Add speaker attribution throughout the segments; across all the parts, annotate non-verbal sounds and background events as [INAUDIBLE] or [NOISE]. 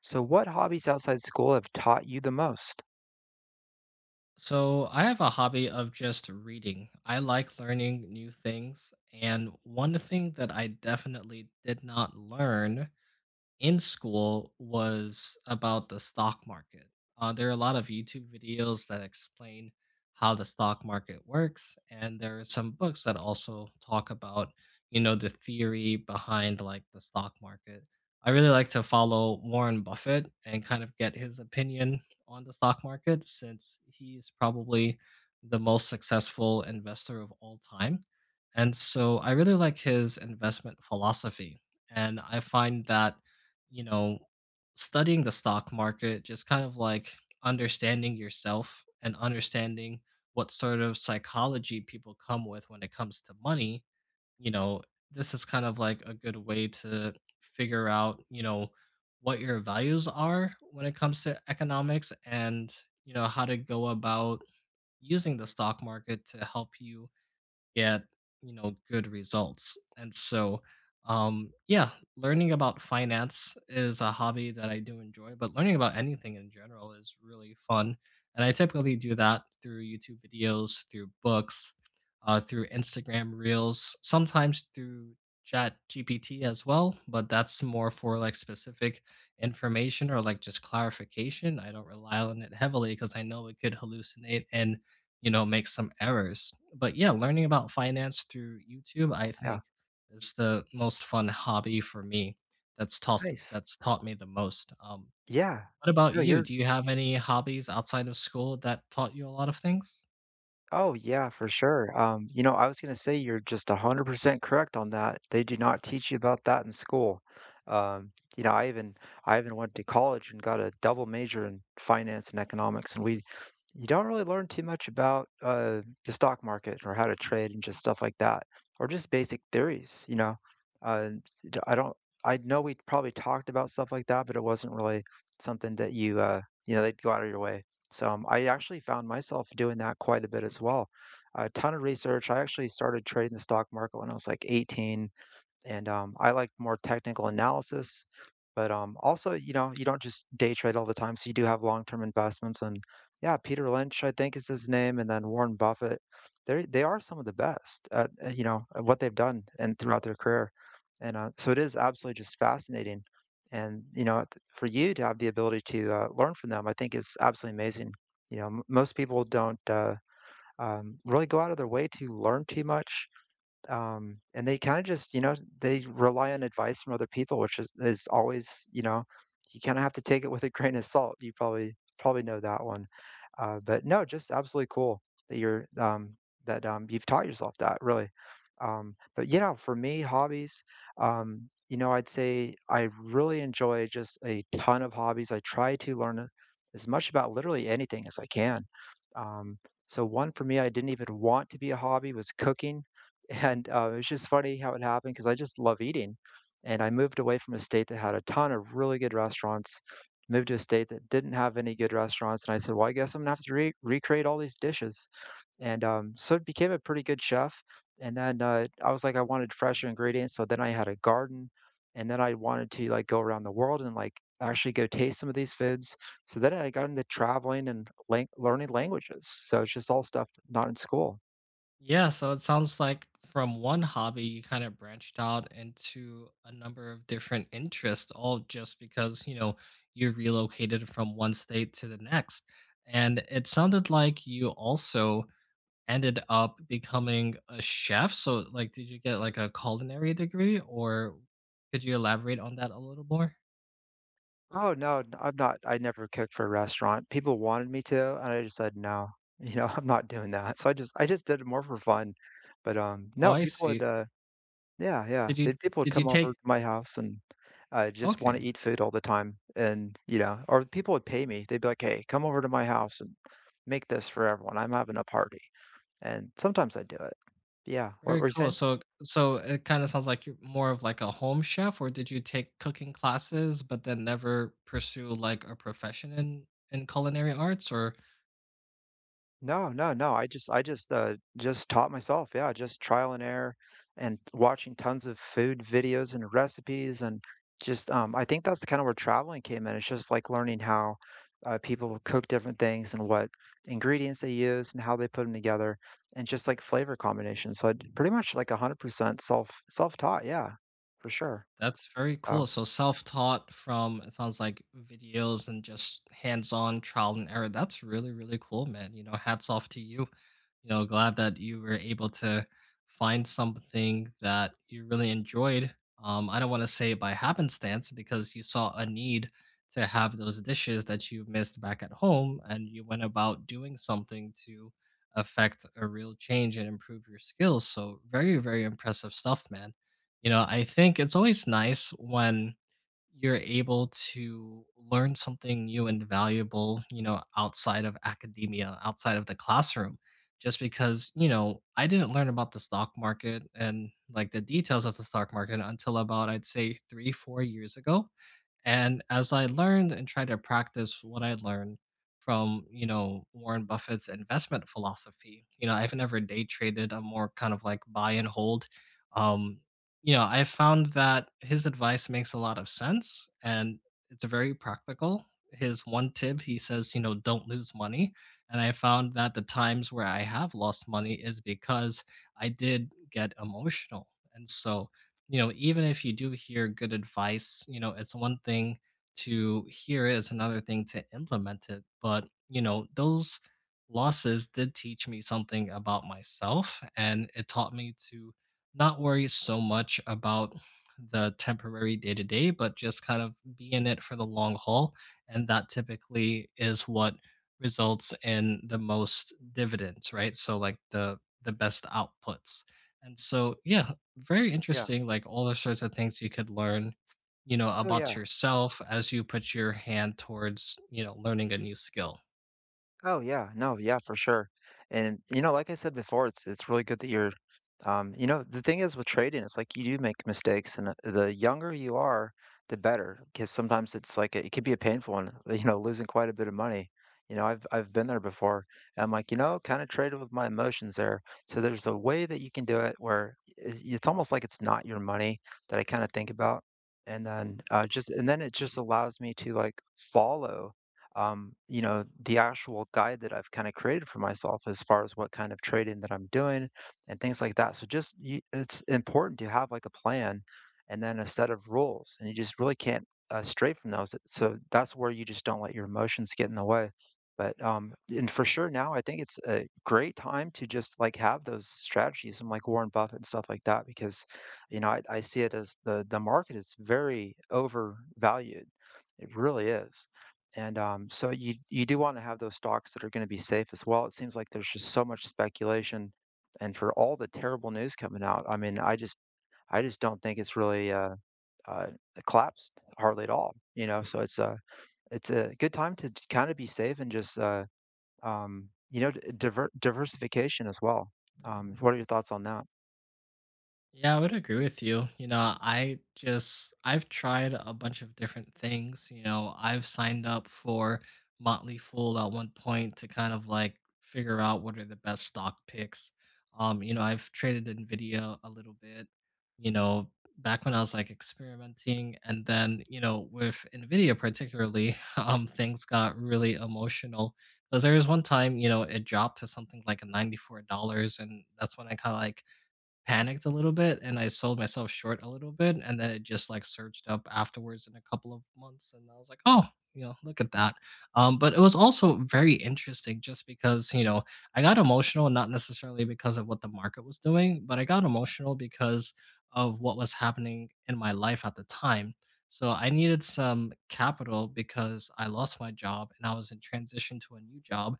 Speaker 1: So what hobbies outside school have taught you the most?
Speaker 2: So, I have a hobby of just reading. I like learning new things. And one thing that I definitely did not learn in school was about the stock market. There are a lot of YouTube videos that explain how the stock market works, and there are some books that also talk about, the theory behind like the stock market. I really like to follow Warren Buffett and kind of get his opinion on the stock market since he's probably the most successful investor of all time. And so I really like his investment philosophy. And I find that you know, studying the stock market just kind of like understanding yourself and understanding what sort of psychology people come with when it comes to money. you know, this is kind of like a good way to figure out what your values are when it comes to economics and how to go about using the stock market to help you get good results. And so yeah, learning about finance is a hobby that I do enjoy, but learning about anything in general is really fun, and I typically do that through YouTube videos, through books, through Instagram reels, sometimes through chat gpt as well, but that's more for like specific information or like just clarification. I don't rely on it heavily because I know it could hallucinate and make some errors. But yeah, learning about finance through YouTube,
Speaker 1: Yeah,
Speaker 2: I
Speaker 1: yeah.
Speaker 2: think, is the most fun hobby for me. That's taught
Speaker 1: Nice.
Speaker 2: that's taught me the most.
Speaker 1: Yeah.
Speaker 2: What about
Speaker 1: No,
Speaker 2: you?
Speaker 1: you're
Speaker 2: Do you have any hobbies outside of school that taught you a lot of things?
Speaker 1: Oh yeah, for sure. I was gonna say you're just 100% correct on that. They do not teach you about that in school. Um, you know, I even I even went to college and got a double major in finance and economics, and we you don't really learn too much about the stock market or how to trade and just stuff like that, or just basic theories. Uh, I don't. I know we probably talked about stuff like that, but it wasn't really something that you you know they'd go out of your way. So I actually found myself doing that quite a bit as well. A ton of research. I actually started trading the stock market when I was like 18, and I like more technical analysis. But also, you know, you don't just day trade all the time, so you do have long-term investments. And yeah, Peter Lynch, I think, is his name, and then Warren Buffett. They are some of the best at you know, at what they've done and throughout their career, and so it is absolutely just fascinating. And you know, for you to have the ability to learn from them, I think is absolutely amazing. You know, most people don't really go out of their way to learn too much, and they kinda just, you know, they rely on advice from other people, which is always, you know, you kinda have to take it with a grain of salt. You probably know that one. But no, just absolutely cool that you've taught yourself that really. But you know, for me, hobbies, I'd say I really enjoy just a ton of hobbies. I try to learn a as much about literally anything as I can. Um, so one for me I didn't even want to be a hobby was cooking. And it's just funny how it happened because I just love eating, and I moved away from a state that had a ton of really good restaurants, moved to a state that didn't have any good restaurants, and I said, "Well, I guess I'm gonna have to re recreate all these dishes." And so it became a pretty good chef, and then, I was like, I wanted fresher ingredients, so then I had a garden, and then I wanted to, like, go around the world and, like, actually go taste some of these foods. So then I got into traveling and lang learning languages, so it's just all stuff not in school.
Speaker 2: Yeah, so it sounds like from one hobby you kind of branched out into a number of different interests, all just because, you know, you relocated from one state to the next. And it sounded like you also ended up becoming a chef? So, like, did you get like a culinary degree, or could you elaborate on that a little more?
Speaker 1: Oh, no, n I'm not, I never cooked for a restaurant. People wanted me to, and I just said, "No, you know, [LAUGHS] I'm not doing that." So I just did it more for fun. But
Speaker 2: Oh,
Speaker 1: no,
Speaker 2: I see.
Speaker 1: yeah, yeah.
Speaker 2: Did you
Speaker 1: They People would
Speaker 2: did you
Speaker 1: come over
Speaker 2: take?
Speaker 1: to my house and, just wanna
Speaker 2: Okay,
Speaker 1: eat food all the time, and, you know, or people would pay me. They'd be like, "Hey, come over to my house and make this for everyone. I'm having a party." And sometimes I do it. Yeah, what
Speaker 2: very
Speaker 1: were you
Speaker 2: cool.
Speaker 1: saying?
Speaker 2: So it kind of sounds like you're more of like a home chef, or did you take cooking classes but then never pursue like a profession in culinary arts? Or
Speaker 1: No, no, no, I just, just taught myself, yeah, just trial and error and watching tons of food videos and recipes and just, I think that's kinda where traveling came in. It's just, like, learning how, people cook different things and what ingredients they use and how they put them together and just, like, flavor combinations, so I'd pretty much, like, 100% self-taught, yeah, for sure,
Speaker 2: that's very cool.
Speaker 1: so,
Speaker 2: So self-taught from, it sounds like, videos and just hands-on trial and error. That's really, really cool, man. You know, hats off to you. You know, glad that you were able to find something that you really enjoyed. I don't want to say by happenstance, because you saw a need to have those dishes that you missed back at home, and you went about doing something to affect a real change and improve your skills. So, very, very impressive stuff, man. You know, I think it's always nice when you're able to learn something new and valuable, you know, outside of academia, outside of the classroom. Just because, you know, I didn't learn about the stock market and like the details of the stock market until about, I'd say, 3, 4 years ago. And as I learned and tried to practice what I learned from, you know, Warren Buffett's investment philosophy, you know, I've never day traded. I'm more kind of like buy and hold. Um, you know, I found that his advice makes a lot of sense and it's very practical. His one tip, he says, you know, don't lose money. And I found that the times where I have lost money is because I did get emotional. And so, you know, even if you do hear good advice, you know, it's one thing to hear it, it's another thing to implement it. But, you know, those losses did teach me something about myself, and it taught me to not worry so much about the temporary day to day, but just kind of be in it for the long haul. And that typically is what results in the most dividends, right? So like the best outputs. And so, yeah, very
Speaker 1: yeah.
Speaker 2: interesting, like all the sorts of things you could learn, you know,
Speaker 1: Oh,
Speaker 2: about
Speaker 1: yeah.
Speaker 2: yourself as you put your hand towards, you know, learning a new skill.
Speaker 1: Oh yeah, no, yeah, for sure. And you know, like I said before, it's really good that the thing is with trading, it's like you do make mistakes, and the younger you are, the better, because sometimes it's like it could be a painful one, [LAUGHS] you know, losing quite a bit of money. You know, I've been there before. And I'm like, you know, kind of traded with my emotions there. So there's a way that you can do it where it's almost like it's not your money that I kind of think about. And then just and then it just allows me to like follow you know, the actual guide that I've kind of created for myself as far as what kind of trading that I'm doing and things like that. So it's important to have like a plan and then a set of rules, and you just really can't stray from those. So that's where you just don't let your emotions get in the way. But and for sure now, I think it's a great time to just like have those strategies and like Warren Buffett and stuff like that because, you know, I see it as the market is very overvalued. It really is. And so you do want to have those stocks that are going to be safe as well. It seems like there's just so much speculation, and for all the terrible news coming out, I mean, I just don't think it's really uh, collapsed hardly at all. You know, so it's a good time to kind of be safe, and just you know, diversification as well. What are your thoughts on that?
Speaker 2: Yeah, I would agree with you. You know, I've tried a bunch of different things. You know, I've signed up for Motley Fool at one point to kind of like figure out what are the best stock picks. You know, I've traded Nvidia a little bit. You know, back when I was like experimenting, and then, you know, with Nvidia particularly, [LAUGHS] things got really emotional because there was one time, you know, it dropped to something like a $94, and that's when I kind of like panicked a little bit and I sold myself short a little bit, and then it just, like, surged up afterwards in a couple of months, and I was like, "Oh," you know, "look at that." But it was also very interesting just because, you know, I got emotional, not necessarily because of what the market was doing, but I got emotional because of what was happening in my life at the time. So I needed some capital because I lost my job and I was in transition to a new job,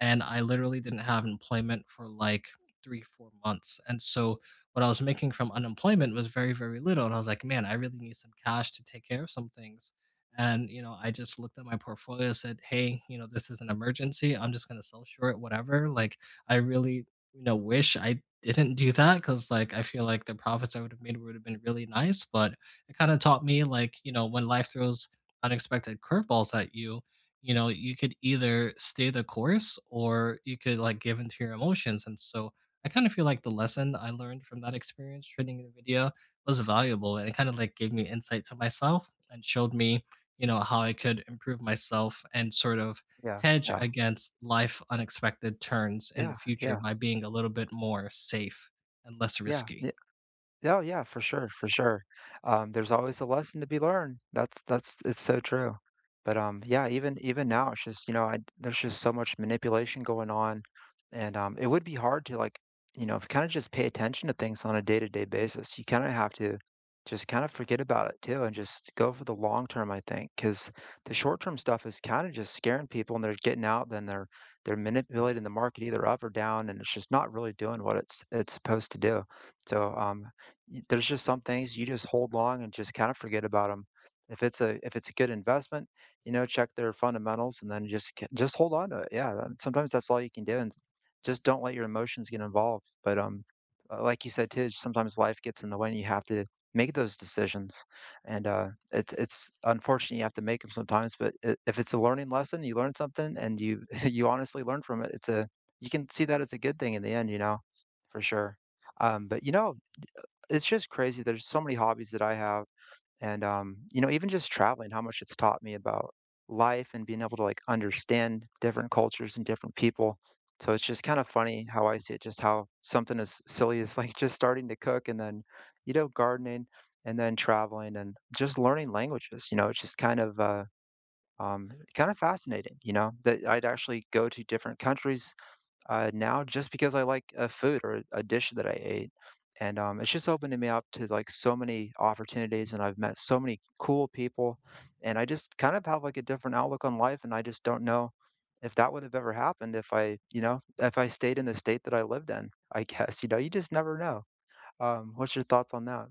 Speaker 2: and I literally didn't have employment for, like, 3, 4 months, and so what I was making from unemployment was very, very little. And I was like, man, I really need some cash to take care of some things. And, you know, I just looked at my portfolio, said, hey, you know, this is an emergency. I'm just going to sell short, whatever. Like, I really, you know, wish I didn't do that because, like, I feel like the profits I would have made would have been really nice. But it kind of taught me, like, you know, when life throws unexpected curveballs at you, you know, you could either stay the course or you could, like, give into your emotions. And so, I kind of feel like the lesson I learned from that experience shooting the video was valuable, and it kind of like gave me insight to myself and showed me, you know, how I could improve myself and sort of
Speaker 1: Yeah,
Speaker 2: hedge
Speaker 1: yeah,
Speaker 2: against life unexpected turns in
Speaker 1: yeah,
Speaker 2: the future
Speaker 1: yeah,
Speaker 2: by being a little bit more safe and less
Speaker 1: yeah.
Speaker 2: risky.
Speaker 1: Oh, yeah, for sure, for sure. There's always a lesson to be learned. That's it's so true. But yeah, even even now, it's just you know, I there's just so much manipulation going on, and it would be hard to you know, kind of just pay attention to things on a day-to-day basis. You kind of have to just kind of forget about it too, and just go for the long term. I think because the short term stuff is kind of just scaring people, and they're getting out, then they're manipulating the market either up or down, and it's just not really doing what it's supposed to do. So there's just some things you just hold long and just kind of forget about them. If it's a good investment, you know, check their fundamentals and then just hold on to it. Yeah, sometimes that's all you can do, and just don't let your emotions get involved. But like you said too, sometimes life gets in the way, and you have to make those decisions. And it's unfortunate you have to make them sometimes. But if it's a learning lesson, you learn something, and you [LAUGHS] you honestly learn from it. It's a You can see that it's a good thing in the end, you know, for sure. But you know, it's just crazy. There's so many hobbies that I have, and, you know, even just traveling, how much it's taught me about life and being able to, like, understand different cultures and different people. So it's just kinda funny how I see it, just how something as silly as, like, just starting to cook, and then, you know, gardening, and then traveling and just learning languages, you know, it's just kind of, kinda fascinating, you know, that I'd actually go to different countries now just because I like a food or a dish that I ate. And it's just opened me up to like so many opportunities, and I've met so many cool people, and I just kind of have like a different outlook on life, and I just don't know if that would have ever happened if if I stayed in the state that I lived in. I guess [LAUGHS] you know, you just never know. What's your thoughts on that?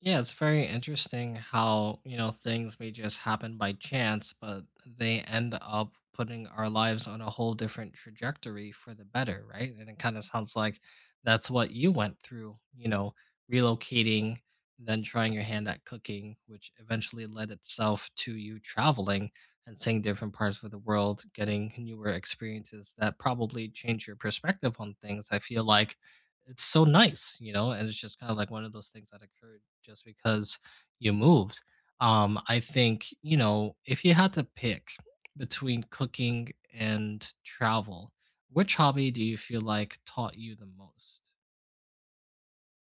Speaker 2: Yeah, it's very interesting how, you know, things may just happen by chance, but they end up putting our lives on a whole different trajectory for the better, right? And it kind of sounds like that's what you went through, you know, relocating, then trying your hand at cooking, which eventually led itself to you traveling and seeing different parts of the world, getting newer experiences that probably change your perspective on things. I feel like it's so nice, you know, and it's just kind of like one of those things that occurred just because you moved. I think, you know, if you had to pick between cooking and travel, which hobby do you feel like taught you the most?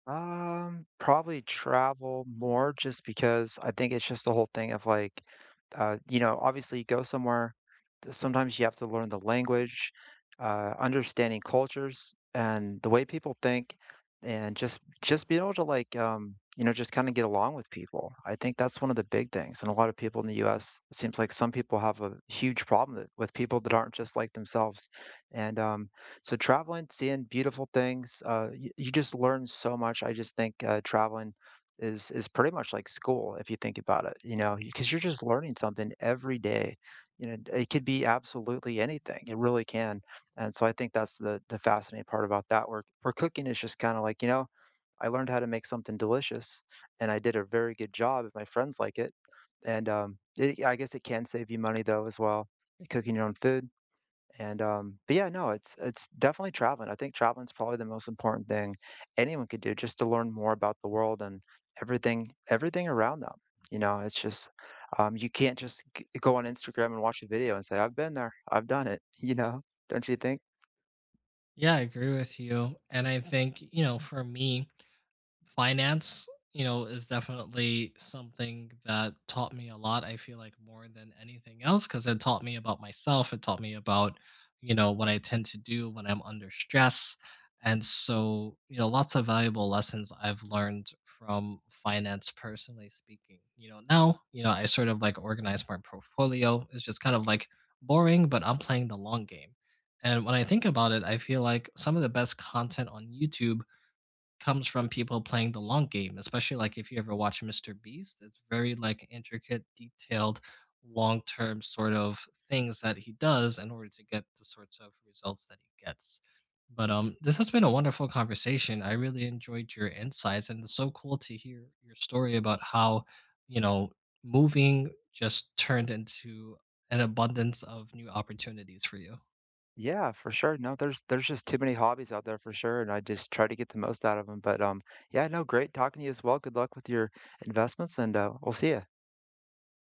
Speaker 1: Probably travel more just because I think it's just the whole thing of like, you know, obviously you go somewhere, sometimes you have to learn the language, understanding cultures and the way people think, and just be able to like you know, just kind of get along with people. I think that's one of the big things. And a lot of people in the U.S., it seems like some people have a huge problem with people that aren't just like themselves. And so traveling, seeing beautiful things, you just learn so much. I just think traveling is pretty much like school if you think about it, you know, because you're just learning something every day, you know. It could be absolutely anything. It really can. And so I think that's the fascinating part about that work. For cooking, is just kind of like, you know, I learned how to make something delicious, and I did a very good job if my friends like it. And I guess it can save you money though as well, cooking your own food. And but yeah, no, it's definitely traveling. I think traveling's probably the most important thing anyone could do just to learn more about the world and everything everything around them. You know, it's just you can't just go on Instagram and watch a video and say, I've been there, I've done it, [LAUGHS] you know, don't you think?
Speaker 2: Yeah, I agree with you. And I think, you know, for me, finance, you know, is definitely something that taught me a lot. I feel like more than anything else because it taught me about myself. It taught me about, you know, what I tend to do when I'm under stress. And so, you know, lots of valuable lessons I've learned from finance, personally speaking. You know, now, you know, I sort of like organize my portfolio. It's just kind of like boring, but I'm playing the long game. And when I think about it, I feel like some of the best content on YouTube comes from people playing the long game, especially, like, if you ever watch Mr. Beast, it's very, like, intricate, detailed, long-term sort of things that he does in order to get the sorts of results that he gets. But, this has been a wonderful conversation. I really enjoyed your insights, and it's so cool to hear your story about how, you know, moving just turned into an abundance of new opportunities for you.
Speaker 1: Yeah, for sure. No, there's just too many hobbies out there for sure, and I just try to get the most out of them. But yeah, no, great talking to you as well. Good luck with your investments, and we'll see you.